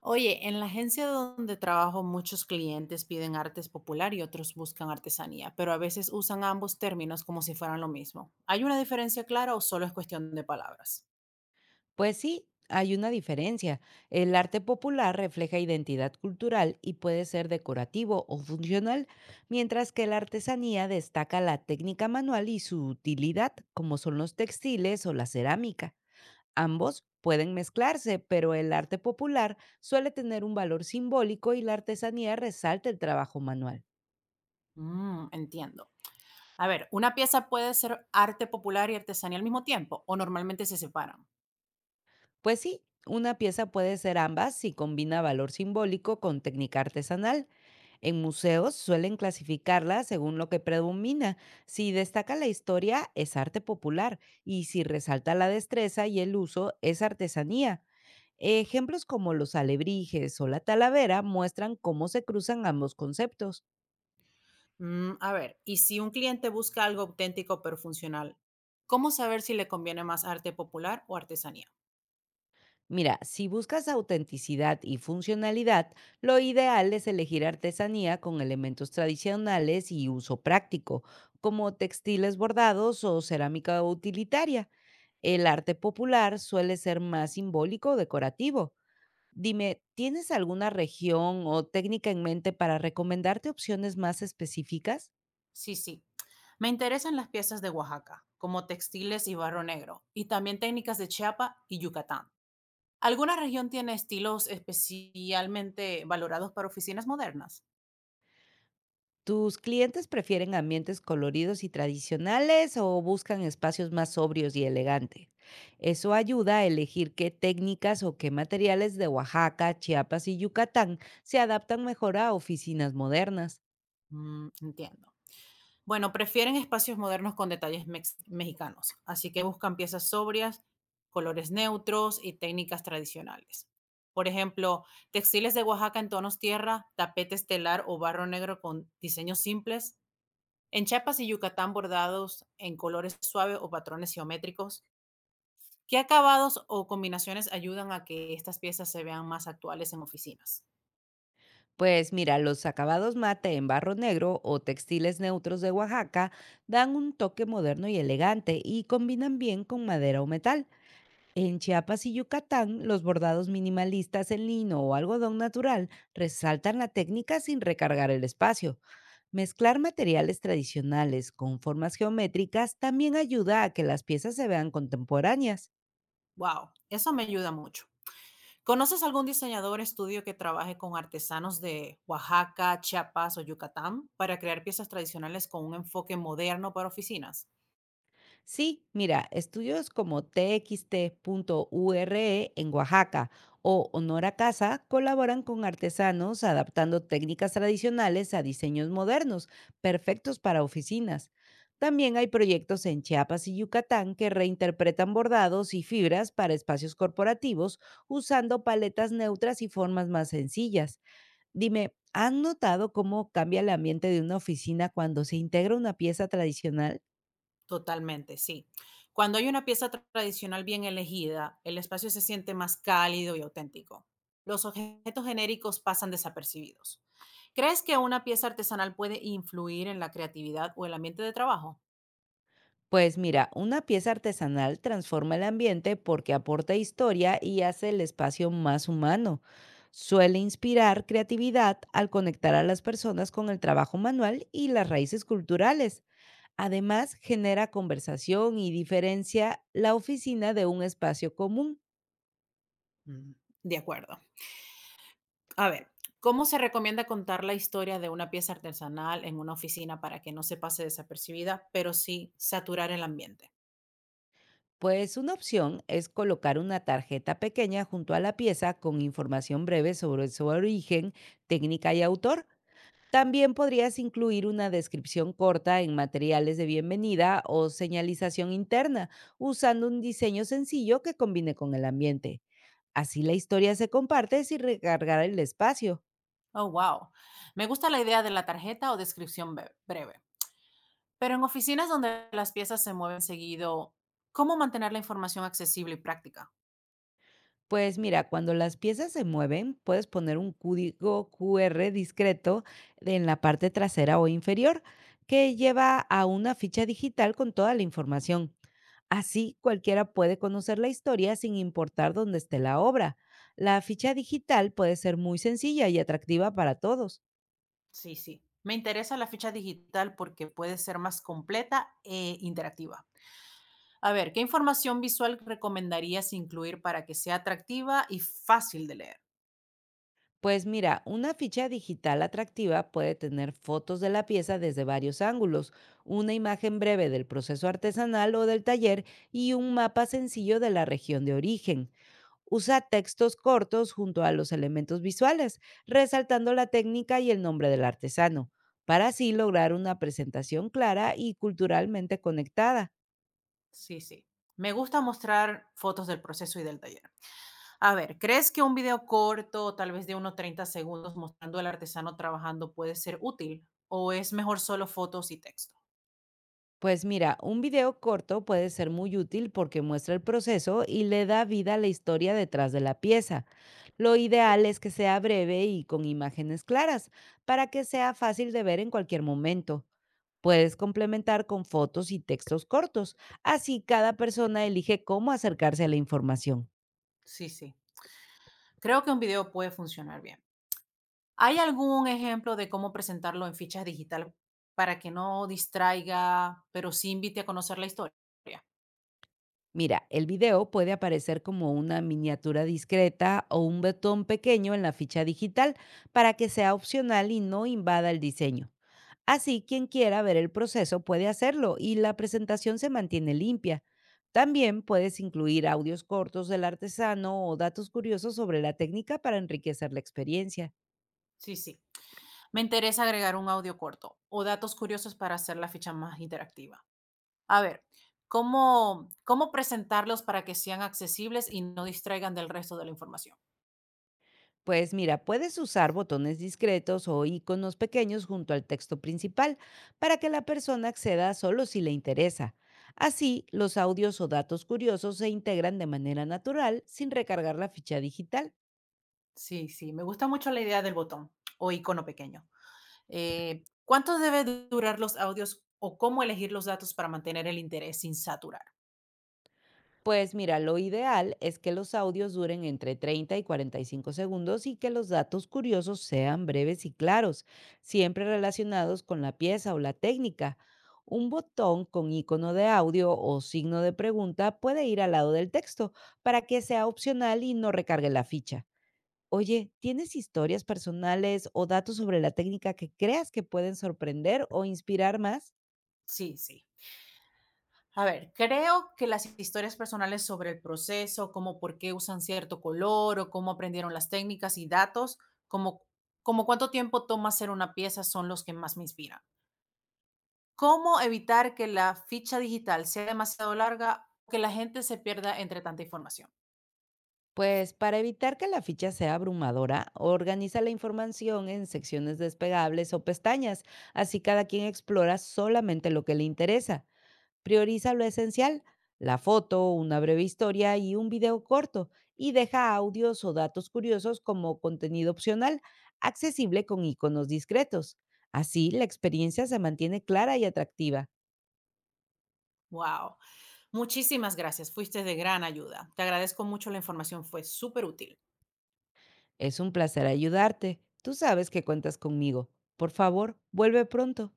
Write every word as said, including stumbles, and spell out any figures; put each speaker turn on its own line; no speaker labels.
Oye, en la agencia donde trabajo muchos clientes piden artes popular y otros buscan artesanía, pero a veces usan ambos términos como si fueran lo mismo. ¿Hay una diferencia clara o solo es cuestión de palabras?
Pues sí, hay una diferencia. El arte popular refleja identidad cultural y puede ser decorativo o funcional, mientras que la artesanía destaca la técnica manual y su utilidad, como son los textiles o la cerámica. Ambos pueden mezclarse, pero el arte popular suele tener un valor simbólico y la artesanía resalta el trabajo manual.
Mm, entiendo. A ver, ¿una pieza puede ser arte popular y artesanía al mismo tiempo o normalmente se separan?
Pues sí, una pieza puede ser ambas si combina valor simbólico con técnica artesanal. En museos suelen clasificarla según lo que predomina. Si destaca la historia, es arte popular, y si resalta la destreza y el uso, es artesanía. Ejemplos como los alebrijes o la talavera muestran cómo se cruzan ambos conceptos.
Mm, a ver, ¿y si un cliente busca algo auténtico pero funcional, cómo saber si le conviene más arte popular o artesanía?
Mira, si buscas autenticidad y funcionalidad, lo ideal es elegir artesanía con elementos tradicionales y uso práctico, como textiles bordados o cerámica utilitaria. El arte popular suele ser más simbólico o decorativo. Dime, ¿tienes alguna región o técnica en mente para recomendarte opciones más específicas?
Sí, sí. Me interesan las piezas de Oaxaca, como textiles y barro negro, y también técnicas de Chiapas y Yucatán. ¿Alguna región tiene estilos especialmente valorados para oficinas modernas?
¿Tus clientes prefieren ambientes coloridos y tradicionales o buscan espacios más sobrios y elegantes? Eso ayuda a elegir qué técnicas o qué materiales de Oaxaca, Chiapas y Yucatán se adaptan mejor a oficinas modernas.
Mm, entiendo. Bueno, prefieren espacios modernos con detalles mex- mexicanos, así que buscan piezas sobrias, colores neutros y técnicas tradicionales. Por ejemplo, textiles de Oaxaca en tonos tierra, tapete estelar o barro negro con diseños simples. En Chiapas y Yucatán bordados en colores suaves o patrones geométricos, ¿qué acabados o combinaciones ayudan a que estas piezas se vean más actuales en oficinas?
Pues mira, los acabados mate en barro negro o textiles neutros de Oaxaca dan un toque moderno y elegante y combinan bien con madera o metal. En Chiapas y Yucatán, los bordados minimalistas en lino o algodón natural resaltan la técnica sin recargar el espacio. Mezclar materiales tradicionales con formas geométricas también ayuda a que las piezas se vean contemporáneas.
Wow, eso me ayuda mucho. ¿Conoces algún diseñador estudio que trabaje con artesanos de Oaxaca, Chiapas o Yucatán para crear piezas tradicionales con un enfoque moderno para oficinas?
Sí, mira, estudios como txt.ure en Oaxaca o Honor a Casa colaboran con artesanos adaptando técnicas tradicionales a diseños modernos, perfectos para oficinas. También hay proyectos en Chiapas y Yucatán que reinterpretan bordados y fibras para espacios corporativos usando paletas neutras y formas más sencillas. Dime, ¿has notado cómo cambia el ambiente de una oficina cuando se integra una pieza tradicional?
Totalmente, sí. Cuando hay una pieza tra- tradicional bien elegida, el espacio se siente más cálido y auténtico. Los objetos genéricos pasan desapercibidos. ¿Crees que una pieza artesanal puede influir en la creatividad o el ambiente de trabajo?
Pues mira, una pieza artesanal transforma el ambiente porque aporta historia y hace el espacio más humano. Suele inspirar creatividad al conectar a las personas con el trabajo manual y las raíces culturales. Además, genera conversación y diferencia la oficina de un espacio común.
Mm, de acuerdo. A ver, ¿cómo se recomienda contar la historia de una pieza artesanal en una oficina para que no se pase desapercibida, pero sí saturar el ambiente?
Pues una opción es colocar una tarjeta pequeña junto a la pieza con información breve sobre su origen, técnica y autor. También podrías incluir una descripción corta en materiales de bienvenida o señalización interna, usando un diseño sencillo que combine con el ambiente. Así la historia se comparte sin recargar el espacio.
Oh, wow. Me gusta la idea de la tarjeta o descripción be- breve. Pero en oficinas donde las piezas se mueven seguido, ¿cómo mantener la información accesible y práctica?
Pues mira, cuando las piezas se mueven, puedes poner un código Q R discreto en la parte trasera o inferior que lleva a una ficha digital con toda la información. Así cualquiera puede conocer la historia sin importar dónde esté la obra. La ficha digital puede ser muy sencilla y atractiva para todos.
Sí, sí. Me interesa la ficha digital porque puede ser más completa e interactiva. A ver, ¿qué información visual recomendarías incluir para que sea atractiva y fácil de leer?
Pues mira, una ficha digital atractiva puede tener fotos de la pieza desde varios ángulos, una imagen breve del proceso artesanal o del taller y un mapa sencillo de la región de origen. Usa textos cortos junto a los elementos visuales, resaltando la técnica y el nombre del artesano, para así lograr una presentación clara y culturalmente conectada.
Sí, sí. Me gusta mostrar fotos del proceso y del taller. A ver, ¿crees que un video corto, tal vez de unos treinta segundos, mostrando al artesano trabajando puede ser útil? ¿O es mejor solo fotos y texto?
Pues mira, un video corto puede ser muy útil porque muestra el proceso y le da vida a la historia detrás de la pieza. Lo ideal es que sea breve y con imágenes claras para que sea fácil de ver en cualquier momento. Puedes complementar con fotos y textos cortos, así cada persona elige cómo acercarse a la información.
Sí, sí. Creo que un video puede funcionar bien. ¿Hay algún ejemplo de cómo presentarlo en fichas digital para que no distraiga, pero sí invite a conocer la historia?
Mira, el video puede aparecer como una miniatura discreta o un botón pequeño en la ficha digital para que sea opcional y no invada el diseño. Así, quien quiera ver el proceso puede hacerlo y la presentación se mantiene limpia. También puedes incluir audios cortos del artesano o datos curiosos sobre la técnica para enriquecer la experiencia.
Sí, sí. Me interesa agregar un audio corto o datos curiosos para hacer la ficha más interactiva. A ver, ¿cómo, cómo presentarlos para que sean accesibles y no distraigan del resto de la información?
Pues mira, puedes usar botones discretos o iconos pequeños junto al texto principal para que la persona acceda solo si le interesa. Así, los audios o datos curiosos se integran de manera natural sin recargar la ficha digital.
Sí, sí. Me gusta mucho la idea del botón o icono pequeño. Eh, ¿Cuánto debe durar los audios o cómo elegir los datos para mantener el interés sin saturar?
Pues mira, lo ideal es que los audios duren entre treinta y cuarenta y cinco segundos y que los datos curiosos sean breves y claros, siempre relacionados con la pieza o la técnica. Un botón con icono de audio o signo de pregunta puede ir al lado del texto para que sea opcional y no recargue la ficha. Oye, ¿tienes historias personales o datos sobre la técnica que creas que pueden sorprender o inspirar más?
Sí, sí. A ver, creo que las historias personales sobre el proceso, como por qué usan cierto color o cómo aprendieron las técnicas y datos, como, como cuánto tiempo toma hacer una pieza, son los que más me inspiran. ¿Cómo evitar que la ficha digital sea demasiado larga o que la gente se pierda entre tanta información?
Pues para evitar que la ficha sea abrumadora, organiza la información en secciones despegables o pestañas, así cada quien explora solamente lo que le interesa. Prioriza lo esencial, la foto, una breve historia y un video corto, y deja audios o datos curiosos como contenido opcional, accesible con iconos discretos. Así, la experiencia se mantiene clara y atractiva.
¡Wow! Muchísimas gracias, fuiste de gran ayuda. Te agradezco mucho, la información fue súper útil.
Es un placer ayudarte. Tú sabes que cuentas conmigo. Por favor, vuelve pronto.